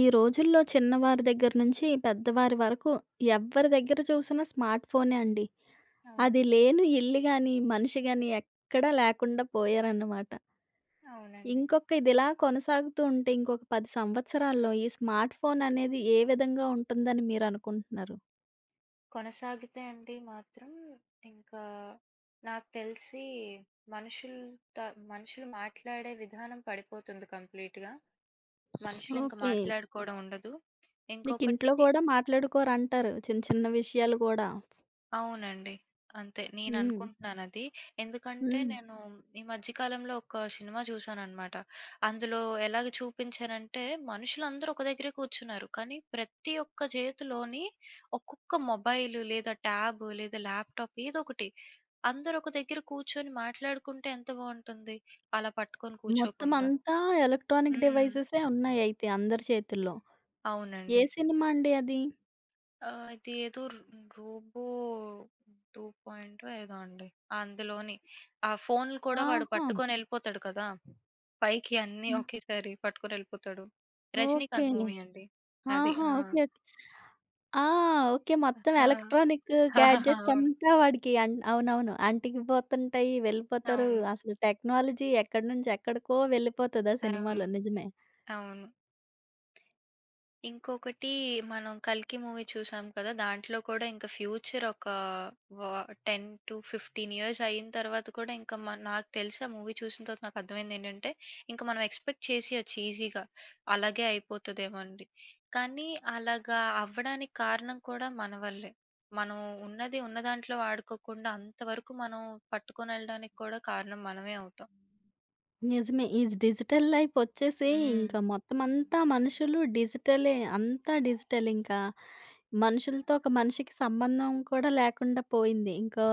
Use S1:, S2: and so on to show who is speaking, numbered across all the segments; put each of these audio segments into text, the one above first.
S1: ఈ రోజుల్లో చిన్నవారి దగ్గర నుంచి పెద్దవారి వరకు ఎవ్వరి దగ్గర చూసినా స్మార్ట్ ఫోనే అండి.
S2: అవును.
S1: అది లేని ఇల్లు గాని, మనిషి గాని ఎక్కడా లేకుండా పోయారన్నమాట.
S2: అవునండి.
S1: ఇంకొక ఇదిలా కొనసాగుతూ ఉంటే ఇంకొక 10 సంవత్సరాల్లో ఈ స్మార్ట్ ఫోన్ అనేది ఏ విధంగా ఉంటుందని మీరనుకుంటున్నారు?
S2: కొనసాగితే అండి మాత్రం, ఇంకా నాకు తెలిసి, మనుషులతో మనుషులు మాట్లాడే విధానం పడిపోతుంది కంప్లీట్‌గా. మనుషులు ఇంక
S1: ఓకే.
S2: మాట్లాడుకోవడం ఉండదు. ఇంకొకటి,
S1: నీకింట్లో గూడా మాట్లాడుకోరంటారు. చిన్న చిన్న విషయాలు గూడా.
S2: అవునండి. అంతే.
S1: హ్మ్.
S2: నేననుకుంటున్నానది. ఎందుకంటే,
S1: హ్మ్.
S2: నేను ఈ మధ్య కాలంలో ఒక సినిమా చూశాననమాట. అందులో ఎలాగ చూపించారంటే, మనుషులందరూ ఒక దగ్గరే కూర్చున్నారు. కానీ, ప్రతి ఒక్క చేతిలోని ఒక్కొక్క మొబైలు, లేదా ట్యాబు, లేదా ల్యాప్‌టాప్ ఏదోకటి. అందరూ ఒక దగ్గర కూర్చొని మాట్లాడుకుంటే ఎంత బావుంటుంది, అలా పట్టుకొని
S1: మొత్తం
S2: కూర్చోకుండా.
S1: అంతా ఎలక్ట్రానిక్
S2: హ్మ్.
S1: డివైసెసే ఉన్నాయయితే అందరి చేతుల్లో. ఏ
S2: అవునండి.
S1: సినిమా అండి అది?
S2: ఆ! ఇది ఏదో రోబో 2 పాయింటో ఏదో అండి. అందులోని ఆ ఫోన్‌లు కూడా వాడు
S1: ఆహా!
S2: పట్టుకొనెళ్ళిపోతాడు కదా! పైకి అన్నీ ఒకేసారి పట్టుకొనెళ్ళిపోతాడు.
S1: ఓకే.
S2: 'రజనీకాంత్' మూవీ అండి. అది.
S1: ఆహా!
S2: ఆ!
S1: ఓకే. ఓకే. ఆ! ఓకే. మొత్తం
S2: ఆ!
S1: ఎలక్ట్రానిక్ గ్యాడ్జెట్స్ అంతా వాడికి అవునవును. అంటికిపోతుంటాయి, వెళ్ళిపోతారు.
S2: అవును,
S1: అసలు టెక్నాలజీ ఎక్కడి నుంచి ఎక్కడికో వెళ్ళిపోతది ఆ
S2: అవును, అవును,
S1: సినిమాలో. నిజమే.
S2: అవును. ఇంకొకటి, మనం 'కల్కి' మూవీ చూసాం కదా! దాంట్లో కూడా ఇంక ఫ్యూచర్ ఒక వ 10-15 ఇయర్స్ అయిన తర్వాత కూడా, ఇంకా నాకు తెలిసి ఆ మూవీ చూసిన తర్వాత నాకర్థమైందేంటంటే, ఇంక మనం ఎక్స్‌పెక్ట్ చేసేయొచ్చు ఈజీగా. అలాగే అయిపోతదేమో అండి. కానీ అలాగా అవ్వడానికి కారణం కూడా మన వల్లే. మనం ఉన్నది ఉన్న దాంట్లో వాడుకోకుండా అంతవరకు మనం పట్టుకొనెళ్ళడానికి కూడా కారణం మనమే అవుతాం.
S1: నిజమే. ఈ డిజిటల్ లైఫ్ వచ్చేసి
S2: హ్మ్.
S1: ఇంకా మొత్తం అంతా మనుషులు డిజిటలే. అంతా డిజిటల్ ఇంకా. మనుషులతో ఒక మనిషికి సంబంధం కూడా లేకుండా పోయింది. ఇంకా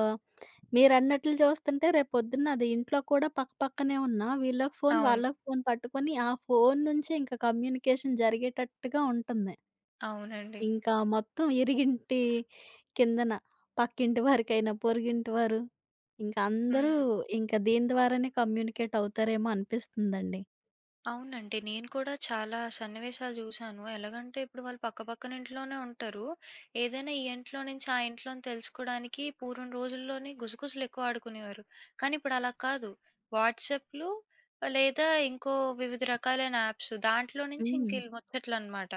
S1: మీరన్నట్లు చూస్తుంటే రేపొద్దున్న అది ఇంట్లో కూడా పక్కపక్కనే ఉన్నా వీళ్ళకి ఫోన్,
S2: అవును.
S1: వాళ్ళకి ఫోన్ పట్టుకొని ఆ ఫోన్ నుంచే ఇంక కమ్యూనికేషన్ జరిగేటట్టుగా ఉంటుంది.
S2: అవునండి.
S1: ఇంకా మొత్తం ఇరిగింటి కిందన పక్కింటి వారికైనా, పొరుగింటి వారు ఇంకా అందరూ
S2: హ్మ్.
S1: ఇంక దీని ద్వారానే కమ్యూనికేట్ అవుతారేమో అనిపిస్తుందండి.
S2: అవునండి. నేను కూడా చాలా సన్నివేశాలు జూశాను. ఎలాగంటే, ఇప్పుడు వాళ్ళు పక్కపక్కన ఇంట్లోనే ఉంటారు. ఏదైనా ఈ ఇంట్లో నుంచి ఆ ఇంట్లోని తెలుసుకోడానికి పూర్వం రోజుల్లోని గుసగుసలు ఎక్కువ ఆడుకునేవారు. కానీ ఇప్పుడు అలా కాదు. వాట్సాప్‌లు, లేదా ఇంకో వివిధ రకాలైన యాప్స్ దాంట్లో నుంచి ఇంక
S1: హ్మ్.
S2: ఈళ్ళు ముచ్చట్లనమాట.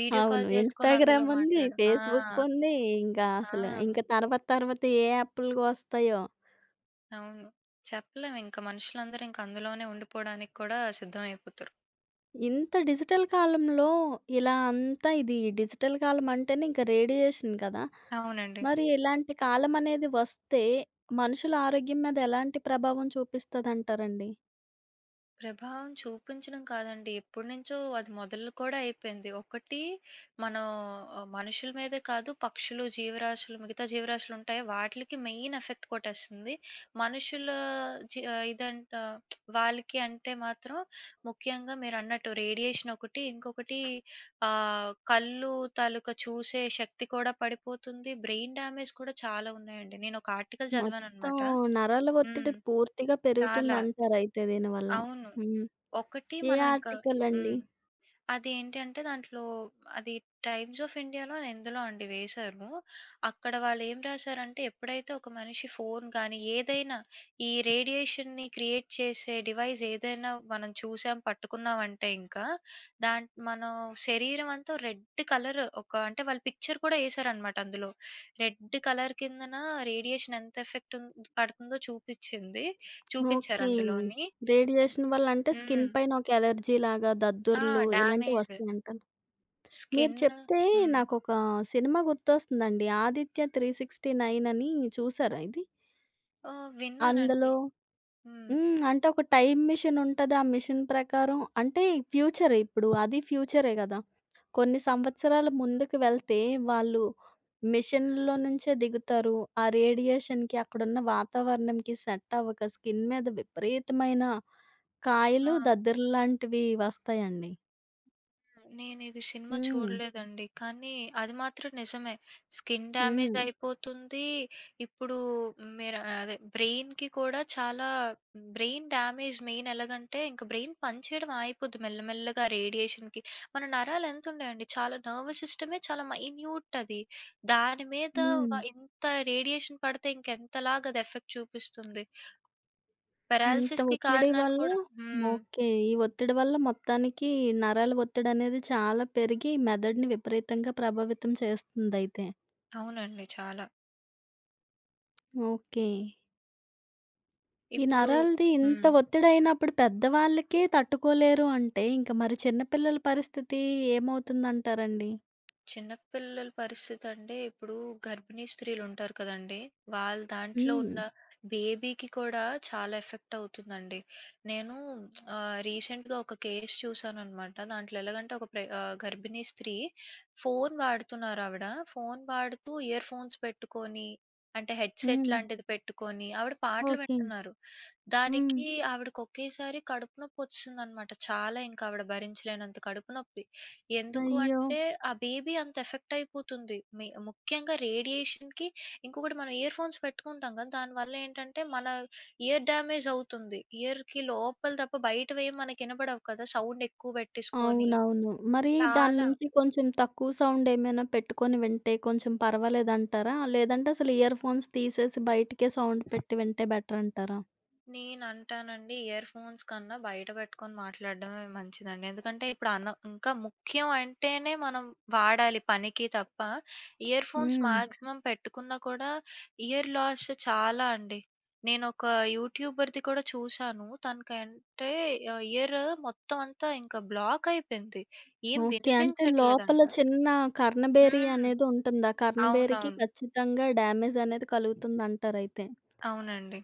S2: వీడియో కాల్
S1: అవును.
S2: చేసుకొని అందులో
S1: ఇన్‌స్టాగ్రామ్ ఉంది,
S2: మాట్లాడడం. ఆ!
S1: ఫేస్‌బుక్ ఉంది. ఇంకా అసలు
S2: ఆ!
S1: ఇంక తర్వాత తర్వాత ఏ యాప్‌లు వస్తాయో.
S2: అవును. చెప్పలేం, ఇంక మనుషులందరూ ఇంక అందులోనే ఉండిపోవడానికి కూడా సిద్ధం అయిపోతారు.
S1: ఇంత డిజిటల్ కాలంలో ఇలా అంతా ఇది డిజిటల్ కాలం అంటేనే ఇంక రేడియేషన్ కదా!
S2: అవునండి.
S1: మరి ఇలాంటి కాలం అనేది వస్తే మనుషుల ఆరోగ్యం మీద ఎలాంటి ప్రభావం చూపిస్తదంటారండి?
S2: ప్రభావం చూపించడం కాదండి, ఎప్పటినుంచో అది మొదలు కూడా అయిపోయింది. ఒకటి, మనం మనుషుల మీదే కాదు, పక్షులు, జీవరాశులు, మిగతా జీవరాశులుంటాయి. వాటిలకి మెయిన్ ఎఫెక్ట్ కొట్టేస్తుంది. మనుషుల జీ ఆహ్, ఇదంట వాళ్ళకి అంటే మాత్రం ముఖ్యంగా మీరన్నట్టు రేడియేషన్ ఒకటి. ఇంకొకటి, కళ్ళు తాలూకా చూసే శక్తి కూడా పడిపోతుంది. బ్రెయిన్ డ్యామేజ్ కూడా చాలా ఉన్నాయండి. నేనొక ఆర్టికల్
S1: మొత్తం
S2: చదివాననమాట.
S1: నరాల ఒత్తిడి
S2: హ్మ్.
S1: పూర్తిగా
S2: చాలా.
S1: పెరుగుతుందంటారయితే దీనివల్ల.
S2: అవును.
S1: హ్మ్.
S2: ఒకటి,
S1: ఏ
S2: మనం ఇంకా
S1: ఆర్టికల్ అండి?
S2: హ్మ్. అదేంటి అంటే, దాంట్లో అది 'టైమ్స్ ఆఫ్ ఇండియా'లో ఎందులో అండి వేశారు. అక్కడ వాళ్ళేం రాశారంటే, ఎప్పుడైతే ఒక మనిషి ఫోను గాని, ఏదైనా ఈ రేడియేషన్‌ని క్రియేట్ చేసే డివైస్ ఏదైనా మనం చూసాం, పట్టుకున్నామంటే, ఇంకా మన శరీరం అంతా రెడ్ కలర్ ఒక అంటే వాళ్ళు పిక్చర్ కూడా ఏశారనమాట అందులో. రెడ్ కలర్ కిందన రేడియేషన్ ఎంత ఎఫెక్ట్ పడుతుందో చూపించారు
S1: ఓకే.
S2: అందులోని.
S1: రేడియేషన్ వల్ల అంటే
S2: హ్మ్.
S1: స్కిన్ పైన ఒక ఎలర్జీ లాగా
S2: ఆ!
S1: దద్దుర్లు
S2: డామేజ్,
S1: ఇలాంటివొస్తాయంటారా? మీరు
S2: స్కిన్.
S1: చెప్తే
S2: హ్మ్.
S1: నాకొక సినిమా గుర్తొస్తుందండి. 'ఆదిత్య త్రీ సిక్స్‌టీ నైన్' అని చూసారా ఇది?
S2: ఓహ్!
S1: అందులో
S2: విన్నానండి. హ్మ్.
S1: హ్మ్. అంటే ఒక టైమ్ మిషన్ ఉంటది. ఆ మిషన్ ప్రకారం అంటే ఫ్యూచరే ఇప్పుడు. అది ఫ్యూచరే గదా! కొన్ని సంవత్సరాల ముందుకు వెళ్తే వాళ్ళు మిషన్‌లో నుంచే దిగుతారు. ఆ రేడియేషన్‌కి, అక్కడున్న వాతావరణంకి సెట్ అవ్వక స్కిన్ మీద విపరీతమైన కాయలు,
S2: ఆ!
S1: దద్దుర్లు లాంటివి వస్తాయండి.
S2: నేనిది సినిమా
S1: హ్మ్.
S2: చూడలేదండి. కానీ అది మాత్రం నిజమే. స్కిన్ డామేజ్
S1: హ్మ్.
S2: అయిపోతుంది. ఇప్పుడు మీరు అదే, బ్రెయిన్‌కి కూడా చాలా బ్రెయిన్ డామేజ్ మెయిన్. ఎలాగంటే, ఇంక బ్రెయిన్ పనిచేయడం ఆగిపోద్ది మెల్లమెల్లగా రేడియేషన్‌కి. మన నరాలు ఎంతుంటాయండి, చాలా నర్వస్ సిస్టమే చాలా మైన్యూట్ అది. దాని మీద
S1: హ్మ్.
S2: ఇంత రేడియేషన్ పడితే ఇంకెంతలాగా అది ఎఫెక్ట్ చూపిస్తుంది.
S1: ఇంత
S2: పెరాలిసిస్‌కి
S1: ఒత్తిడి
S2: కారణాలు
S1: వల్ల
S2: కూడా. హ్మ్.
S1: ఓకే. ఈ ఒత్తిడి వల్ల మొత్తానికి నరాల ఒత్తిడనేది చాలా పెరిగి మెదడుని విపరీతంగా ప్రభావితం చేస్తుందయితే.
S2: అవునండి, చాలా.
S1: ఓకే. ఈ
S2: ఇప్పుడు
S1: నరాలది ఇంత
S2: హ్మ్.
S1: ఒత్తిడయినప్పుడు పెద్దవాళ్ళకే తట్టుకోలేరు అంటే, ఇంక మరి చిన్న పిల్లల పరిస్థితి ఏమవుతుందంటారండి?
S2: చిన్న పిల్లల పరిస్థితంటే, ఇప్పుడు గర్భిణీ స్త్రీలుంటారు కదండీ! వాళ్ళ దాంట్లో
S1: హ్మ్.
S2: ఉన్న హ్మ్. బేబీకి కూడా చాలా ఎఫెక్ట్ అవుతుందండి. నేను రీసెంట్‌గా ఒక కేస్ చూసాననమాట. దాంట్లో ఎలాగంటే, ఒక గర్భిణీ స్త్రీ ఫోను వాడుతున్నారావిడ. ఫోను వాడుతూ ఇయర్ ఫోన్స్ పెట్టుకొని, అంటే హెడ్‌సెట్
S1: హ్మ్.
S2: లాంటిది పెట్టుకొని ఆవిడ పాటలు
S1: ఓకే.
S2: వింటున్నారు.
S1: హ్మ్.
S2: దానికి ఆవిడకి ఒకేసారి కడుపు నొప్పొచ్చేసిందనమాట, చాలా, ఇంకా ఆవిడ భరించలేనంత కడుపు నొప్పి. ఎందుకు
S1: అయ్యో!
S2: అంటే, ఆ బేబీ అంత ఎఫెక్ట్ అయిపోతుంది, ముఖ్యంగా రేడియేషన్‌కి. ఇంకొకటి, మనం ఇయర్ ఫోన్స్ పెట్టుకుంటాం కదా! దానివల్ల ఏంటంటే, మన ఇయర్ డ్యామేజ్ అవుతుంది. ఇయర్‌కి లోపల తప్ప బయటవేం మనకి ఇనపడవు కదా, సౌండ్ ఎక్కువ పెట్టేసుకొని.
S1: అవునవును. మరి దాని
S2: చాలా.
S1: నుంచి కొంచెం తక్కువ సౌండ్ ఏమైనా పెట్టుకొని వింటే కొంచెం పర్వాలేదంటారా? లేదంటే అసలు ఇయర్ ఫోన్స్ తీసేసి బయటికే సౌండ్ పెట్టి వింటే బెటర్ అంటారా?
S2: నేనంటానండి, ఇయర్ ఫోన్స్ కన్నా బయట పెట్టుకొని మాట్లాడడమే మంచిదండి. ఎందుకంటే ఇప్పుడు ఇంకా ముఖ్యం అంటేనే మనం వాడాలి పనికి తప్ప, ఇయర్ ఫోన్స్
S1: హ్మ్.
S2: మాక్సిమం పెట్టుకున్నా కూడా ఇయర్ లాస్ చాలా అండి. నేనొక యూట్యూబర్‌ది కూడా చూశాను. తనకంటే ఇయర్ మొత్తం అంతా ఇంకా బ్లాక్ అయిపోయింది. ఏం
S1: ఓకే. అంటే లోపల
S2: వినిపించట్లేదంట.
S1: చిన్న కర్ణ బేరీ
S2: హ్మ్.
S1: అనేది ఉంటుంది. ఆ కర్ణ బేరీకి
S2: అవునవును.
S1: ఖచ్చితంగా డ్యామేజ్ అనేది కలుగుతుందంటారైతే.
S2: అవునండి.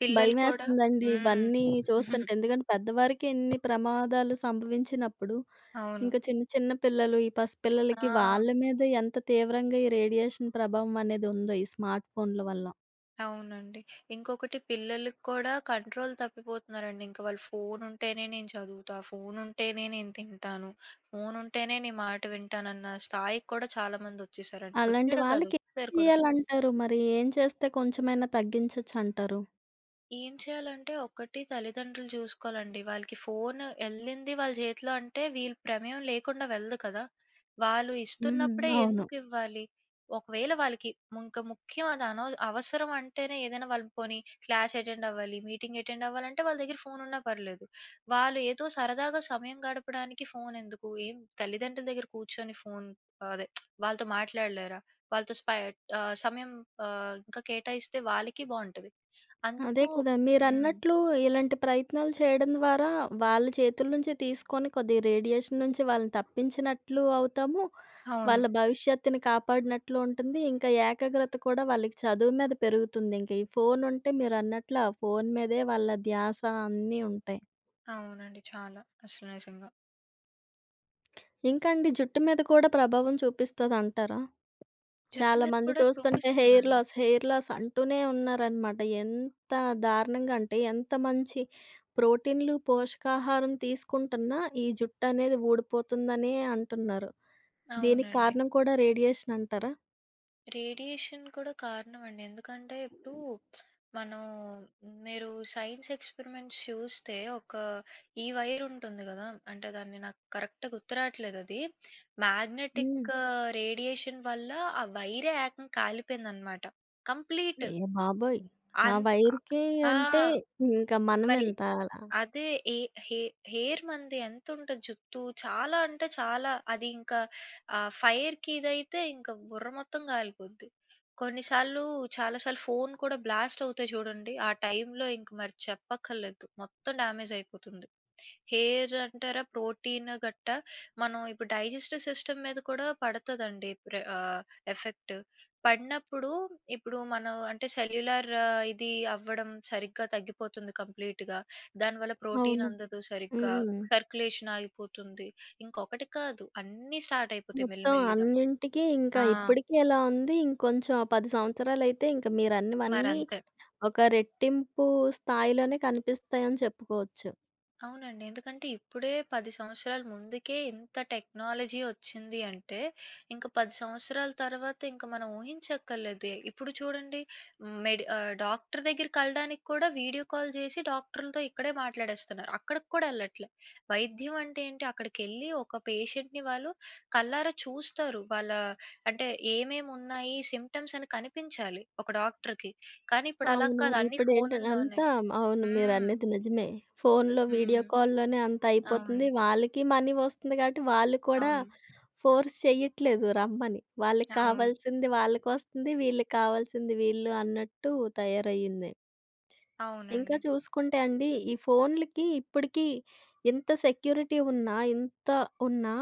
S2: పిల్లలు కూడా
S1: భయమేస్తుందండి
S2: హ్మ్.
S1: ఇవన్నీ చూస్తుంటే. ఎందుకంటే పెద్దవారికి ఇన్ని ప్రమాదాలు సంభవించినప్పుడు
S2: అవును.
S1: ఇంక చిన్న చిన్న పిల్లలు, ఈ పసిపిల్లలకి
S2: ఆ!
S1: వాళ్ళ మీద ఎంత తీవ్రంగా ఈ రేడియేషన్ ప్రభావం అనేది ఉందో ఈ స్మార్ట్ ఫోన్ల వల్ల.
S2: అవునండి. ఇంకొకటి, పిల్లలకి కూడా కంట్రోల్ తప్పిపోతున్నారండి. ఇంక వాళ్ళు, ఫోనుంటేనే నేను చదువుతా, ఫోనుంటేనే నేను తింటాను, ఫోనుంటేనే నీ మాట వింటానన్న స్థాయికి కూడా చాలామందొచ్చేసారండి.
S1: అలాంటి
S2: వచ్చేయడం కాదు,
S1: వాళ్ళకి ఏం
S2: వచ్చేసారు కూడా.
S1: చేయాలంటారు? మరి ఏం చేస్తే కొంచెమైనా తగ్గించొచ్చంటారు?
S2: ఏం చేయాలంటే, ఒకటి తల్లిదండ్రులు చూసుకోవాలండి. వాళ్ళకి ఫోను ఎళ్ళింది వాళ్ళ చేతిలో అంటే, వీళ్ళ ప్రమేయం లేకుండా వెళ్ళదు కదా! వాళ్ళు ఇస్తున్నప్పుడే
S1: హ్మ్. అవును.
S2: ఎందుకివ్వాలి? ఒకవేళ వాళ్ళకి ఇంక ముఖ్యం, అది అవసరం అంటేనే, ఏదైనా వాళ్ళు పోనీ క్లాస్ అటెండ్ అవ్వాలి, మీటింగ్ అటెండ్ అవ్వాలంటే వాళ్ళ దగ్గర ఫోనున్నా పర్లేదు. వాళ్ళు ఏదో సరదాగా సమయం గడపడానికి ఫోనెందుకు? ఏం, తల్లిదండ్రుల దగ్గర కూర్చొని ఫోను అదే, వాళ్ళతో మాట్లాడలేరా? వాళ్ళతో సమయం ఇంకా కేటాయిస్తే వాళ్ళకి బావుంటది.
S1: అదే
S2: అందుకు
S1: కదా!
S2: హ్మ్.
S1: మీరన్నట్లు ఇలాంటి ప్రయత్నాలు చేయడం ద్వారా వాళ్ళ చేతుల నుంచి తీసుకొని కొద్దిగా రేడియేషన్ నుంచి వాళ్ళని తప్పించినట్లు అవుతాము.
S2: అవును.
S1: వాళ్ళ భవిష్యత్తుని కాపాడినట్లు ఉంటుంది. ఇంకా ఏకాగ్రత కూడా వాళ్ళకి చదువు మీద పెరుగుతుంది. ఇంక ఈ ఫోను ఉంటే మీరన్నట్లు ఆ ఫోను మీదే వాళ్ళ ధ్యాస అన్నీ ఉంటాయి.
S2: అవునండి, చాలా అసలు నిజంగా.
S1: ఇంకా అండి జుట్టు మీద కూడా ప్రభావం చూపిస్తదంటారా?
S2: జుట్టు
S1: చాలా
S2: మీద
S1: మంది
S2: కూడా
S1: చూస్తుంటే హెయిర్
S2: చూపిస్తుందండి.
S1: లాస్, హెయిర్ లాస్ అంటూనే ఉన్నారనమాట. ఎంత దారుణంగా అంటే ఎంత మంచి ప్రోటీన్‌లు, పోషకాహారం తీసుకుంటున్నా ఈ జుట్టనేది ఊడిపోతుందనే అంటున్నారు. దీనికి
S2: అవునండి.
S1: కారణం కూడా రేడియేషన్ అంటారా?
S2: రేడియేషన్ కూడా కారణం అండి. ఎందుకంటే ఇప్పుడు మనం, మీరు సైన్స్ ఎక్స్‌పెరిమెంట్స్ చూస్తే, ఒక ఈ వైర్ ఉంటుంది గదా! అంటే దాన్ని నాకు కరెక్ట్‌గా గుర్తు రాట్లేదు అది.
S1: హ్మ్.
S2: మ్యాగ్నెటిక్ రేడియేషన్ వల్ల ఆ వైరే ఏకంగా కాలిపోయిందనమాట, కంప్లీట్.
S1: అయ్య బాబోయ్! ఆ
S2: అంత.
S1: వైర్‌కి
S2: ఆ!
S1: అంటే ఇంకా
S2: మరి
S1: మనమెంత అలా.
S2: అదే ఏ హె హెయిర్ మనది ఎంతుంటది జుత్తు, చాలా అంటే చాలా అది, ఇంకా ఫైర్‌కి ఇదైతే ఇంకా బుర్ర మొత్తం కాలిపోద్ది. కొన్నిసార్లు చాలా సార్లు ఫోను కూడా బ్లాస్ట్ అవుతాయి చూడండి. ఆ టైంలో ఇంక మరి చెప్పక్కర్లేదు, మొత్తం డ్యామేజ్ అయిపోతుంది. హెయిర్ అంటారా, ప్రోటీన్ గట్ట, మనం ఇప్పుడు డైజెస్టివ్ సిస్టమ్ మీద కూడా పడతదండి ఎఫెక్ట్. పడినప్పుడు ఇప్పుడు మనం అంటే సెల్యులార్ ఇది అవ్వడం సరిగ్గా తగ్గిపోతుంది కంప్లీట్‌గా. దానివల్ల ప్రోటీన్
S1: అవును.
S2: అందదు సరిగ్గా.
S1: హ్మ్.
S2: సర్క్యులేషన్ ఆగిపోతుంది. ఇంకొకటి కాదు, అన్నీ స్టార్ట్ అయిపోతాయి
S1: మొత్తం
S2: మెల్లిమెల్లిగా.
S1: అన్నింటికి ఇంకా
S2: ఆ!
S1: ఇప్పటికే ఇలా ఉంది. ఇంకొంచెం 10 సంవత్సరాలైతే ఇంక మీరన్నవన్నీ
S2: మరంతే.
S1: ఒక రెట్టింపు స్థాయిలోనే కనిపిస్తాయని చెప్పుకోవచ్చు.
S2: అవునండి. ఎందుకంటే, ఇప్పుడే 10 సంవత్సరాల ముందుకే ఇంత టెక్నాలజీ ఒచ్చింది అంటే, ఇంక 10 సంవత్సరాల తర్వాత ఇంక మనం ఊహించక్కర్లేదు. ఇప్పుడు చూడండి, డాక్టర్ దగ్గరికెళ్ళడానికి కూడా వీడియో కాల్ జేసి డాక్టర్లతో ఇక్కడే మాట్లాడేస్తున్నారు. అక్కడికి కూడా ఎళ్ళట్లే. వైద్యం అంటే ఏంటి, అక్కడికెళ్ళి ఒక పేషెంట్‌ని వాళ్ళు కళ్ళారా చూస్తారు. వాళ్ళ అంటే, ఏమేమున్నాయి సింప్టమ్స్ అని కనిపించాలి ఒక డాక్టర్‌కి. కానీ ఇప్పుడు అలా
S1: అవును.
S2: కాదు, అన్నీ
S1: ఇప్పుడేంట
S2: ఫోనుల్లోనే.
S1: అంతా అవును.
S2: హ్మ్.
S1: మీరన్నది నిజమే. ఫోనులో వీడియో
S2: హ్మ్.
S1: కాల్‌లోనే అంత
S2: అవును.
S1: అయిపోతుంది. వాళ్ళకి మనీ వస్తుంది కాబట్టి వాళ్ళు కూడా
S2: అవును.
S1: ఫోర్స్ చెయ్యట్లేదు రమ్మని. వాళ్ళకి
S2: అవును.
S1: కావాల్సింది వాళ్ళకొస్తుంది. వీళ్ళకి కావాల్సింది వీళ్ళు అన్నట్టు తయారయ్యింది. ఇంకా
S2: అవునండి.
S1: చూసుకుంటే అండి, ఈ ఫోన్‌లకి ఇప్పటికి ఎంత సెక్యూరిటీ ఉన్నా, ఎంత ఉన్నా,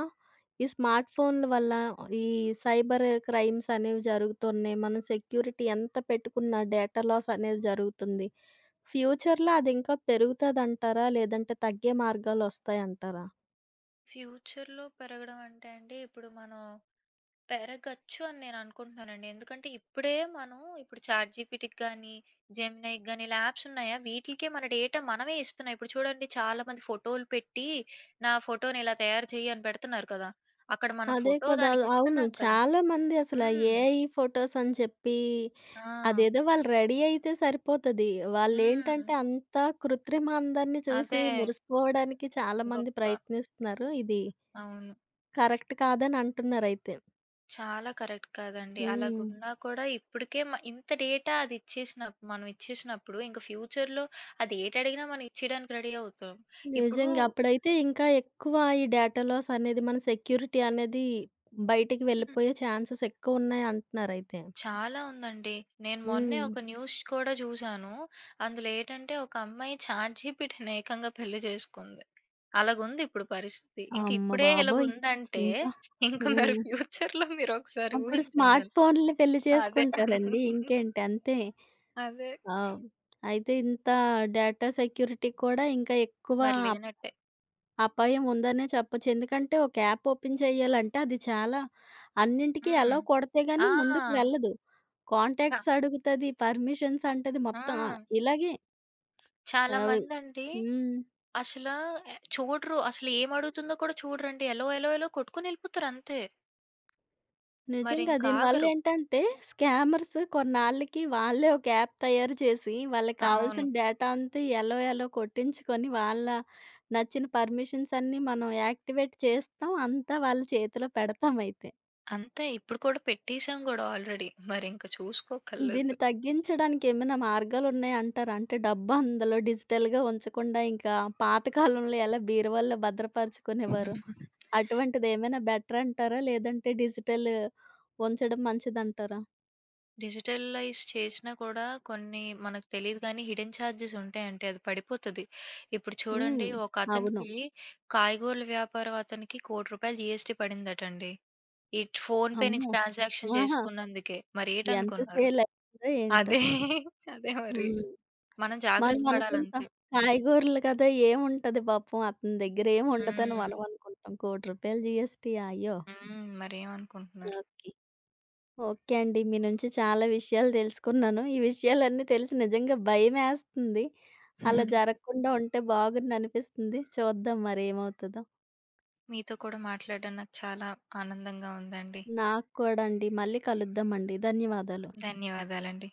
S1: ఈ స్మార్ట్ ఫోన్‌ల వల్ల ఈ సైబర్ క్రైమ్స్ అనేవి జరుగుతున్నాయి. మనం సెక్యూరిటీ ఎంత పెట్టుకున్నా డేటా లాస్ అనేది జరుగుతుంది. ఫ్యూచర్‌లో అది ఇంకా పెరుగుతదంటారా? లేదంటే తగ్గే మార్గాలొస్తాయంటారా?
S2: ఫ్యూచర్‌లో పెరగడం అంటే అండి, ఇప్పుడు మనం పెరగచ్చు అని నేననుకుంటున్నానండి. ఎందుకంటే, ఇప్పుడే మనం, ఇప్పుడు చాట్‌జీపీటీకి గానీ, జెమినైకి గానీ, ఇలా యాప్స్ ఉన్నాయా, వీటిలకే మన డేటా మనమే ఇస్తున్నాం. ఇప్పుడు చూడండి, చాలామంది ఫోటోలు పెట్టి, నా ఫోటోని ఇలా తయారు చెయ్యి అని పెడుతున్నారు కదా! అక్కడ మనం
S1: అదే
S2: ఫోటో
S1: కదా! అవును.
S2: దానికిస్తున్నాం కదా!
S1: చాలా మంది అసల
S2: హ్మ్.
S1: ఏఐ ఫోటోస్ అని చెప్పి
S2: ఆ!
S1: అదేదో వాళ్ళు రెడీ అయితే సరిపోతది.
S2: హ్మ్.
S1: వాళ్ళేంటంటే అంత కృత్రిమ అందాన్ని చూసి
S2: అదే.
S1: మురిసిపోవడానికి చాలామంది
S2: గొప్ప.
S1: ప్రయత్నిస్తున్నారు. ఇది
S2: అవును.
S1: కరెక్ట్ కాదని అంటున్నారైతే.
S2: చాలా కరెక్ట్ కాదండి.
S1: హ్మ్.
S2: అలాగున్నా కూడా ఇప్పటికే ఇంత డేటా అది మనం ఇచ్చేసినప్పుడు ఇంక ఫ్యూచర్‌లో అది ఏటడిగినా మనం ఇచ్చేయడానికి రెడీ అవుతాం. ఇప్పుడు
S1: నిజంగా. అప్పుడైతే ఇంకా ఎక్కువ ఈ డేటా లాస్ అనేది మన సెక్యూరిటీ అనేది బయటికి
S2: హ్మ్.
S1: వెళ్ళిపోయే ఛాన్సెస్ ఎక్కువున్నాయి అంటున్నారైతే.
S2: చాలా ఉందండి. నేను మొన్నే
S1: హ్మ్.
S2: ఒక న్యూస్ కూడా చూసాను. అందులో ఏంటంటే, ఒక అమ్మాయి చాట్‌జీపీటీ‌ని ఏకంగా పెళ్లి చేసుకుంది. అలాగుంది ఇప్పుడు పరిస్థితి. ఇంక
S1: అమ్మ
S2: ఇప్పుడే
S1: బాబోయ్!
S2: ఇలాగుందంటే,
S1: ఇంకా
S2: ఇంక మరి
S1: హ్మ్.
S2: ఫ్యూచర్‌లో మీరొకసారి
S1: అప్పుడు
S2: ఊహించండి
S1: స్మార్ట్
S2: అలా.
S1: ఫోన్‌లు పెళ్లి
S2: అదే.
S1: చేసుకుంటారండి. ఇంకేంటి అంతే.
S2: అదే.
S1: ఆ! అయితే ఇంత డేటా సెక్యూరిటీ కూడా ఇంకా ఎక్కువ
S2: మరి
S1: అప్
S2: లేనట్టే.
S1: అపాయం ఉందనే చెప్పొచ్చు. ఎందుకంటే ఒక యాప్ ఓపెన్ చేయాలంటే అది చాలా అన్నింటికి
S2: హ్మ్.
S1: అలో కొడితే
S2: ఆ!
S1: గాని ముందుకు వెళ్ళదు. కాంటాక్ట్స్ అడుగుతది, పర్మిషన్స్ అంటది
S2: ఆ!
S1: మొత్తం ఇలాగే
S2: చాలా
S1: ఆహ్,
S2: మందండి
S1: హ్మ్.
S2: అసల చూడరు. అసలు ఏమడుగుతుందో కూడా చూడరండి. ఎలో, ఎలో, ఎలో కొట్టుకొని ఎళ్ళిపోతారు అంతే.
S1: నిజంగా.
S2: మరింక ఆగరు.
S1: దీనివల్లేంటంటే, స్కామర్స్ కొన్నాళ్ళకి వాళ్ళే ఒక యాప్ తయారు చేసి, వాళ్ళకి
S2: అవును.
S1: కావాల్సిన డేటా అంతా ఎలో ఎలో కొట్టించుకొని, వాళ్ళ నచ్చిన పర్మిషన్స్ అన్నీ మనం యాక్టివేట్ చేస్తాం. అంతా వాళ్ళ చేతిలో పెడతామయితే.
S2: అంతే, ఇప్పుడు కూడా పెట్టేసాం గూడా ఆల్రెడీ. మరింక చూసుకోక్కర్లేదు.
S1: దీన్ని తగ్గించడానికి ఏమైనా మార్గాలున్నాయంటారా? అంటే డబ్బు అందులో డిజిటల్‌గా ఉంచకుండా ఇంకా పాత కాలంలో ఎలా బీరువాల్లో భద్రపరుచుకునేవారో, అటువంటిదేమైనా బెటరంటారా? లేదంటే డిజిటల్ ఉంచడం మంచిదంటారా?
S2: డిజిటలైజ్ చేసినా కూడా, కొన్ని మనకు తెలీదు గానీ, హిడెన్ చార్జెస్ ఉంటాయండి. అది పడిపోతది. ఇప్పుడు చూడండి,
S1: హ్మ్. అవును.
S2: ఒకతనికి కాయగూరల వ్యాపారం, అతనికి రూ. 1,00,00,000 జీఎస్టీ పడిందటండి, ఈ ఫోన్‌పే నుంచి
S1: అమ్మో!
S2: ట్రాన్సాక్షన్
S1: ఆహా!
S2: చేసుకున్నందుకే.
S1: ఎంత
S2: మరేటనుకున్నారు?
S1: సేలయిందో ఏంటో.
S2: అదే. అదే మరి.
S1: హ్మ్.
S2: మనం జాగ్రత్త
S1: మనం
S2: పడాలంతే.
S1: అనుకుంటాం కాయగూరలు కదా! ఏముంటది పాపం అతని దగ్గర ఏముండదని
S2: హ్మ్.
S1: మనం అనుకుంటాం. రూ. 1,00,00,000 జీఎస్టీ అయ్యో!
S2: హ్మ్. మరేమనుకుంటున్నారు?
S1: ఓకే. ఓకే అండి. మీ నుంచి చాలా విషయాలు తెలుసుకున్నాను. ఈ విషయాలన్నీ తెలిసి నిజంగా భయమేస్తుంది. అలా జరగకుండా ఉంటే బాగుండనిపిస్తుంది. చూద్దాం మరేమవుతదో.
S2: మీతో కూడా మాట్లాడడం నాకు చాలా ఆనందంగా ఉందండి.
S1: నాకు కూడా అండి. మళ్ళీ కలుద్దామండి. ధన్యవాదాలు.
S2: ధన్యవాదాలండి.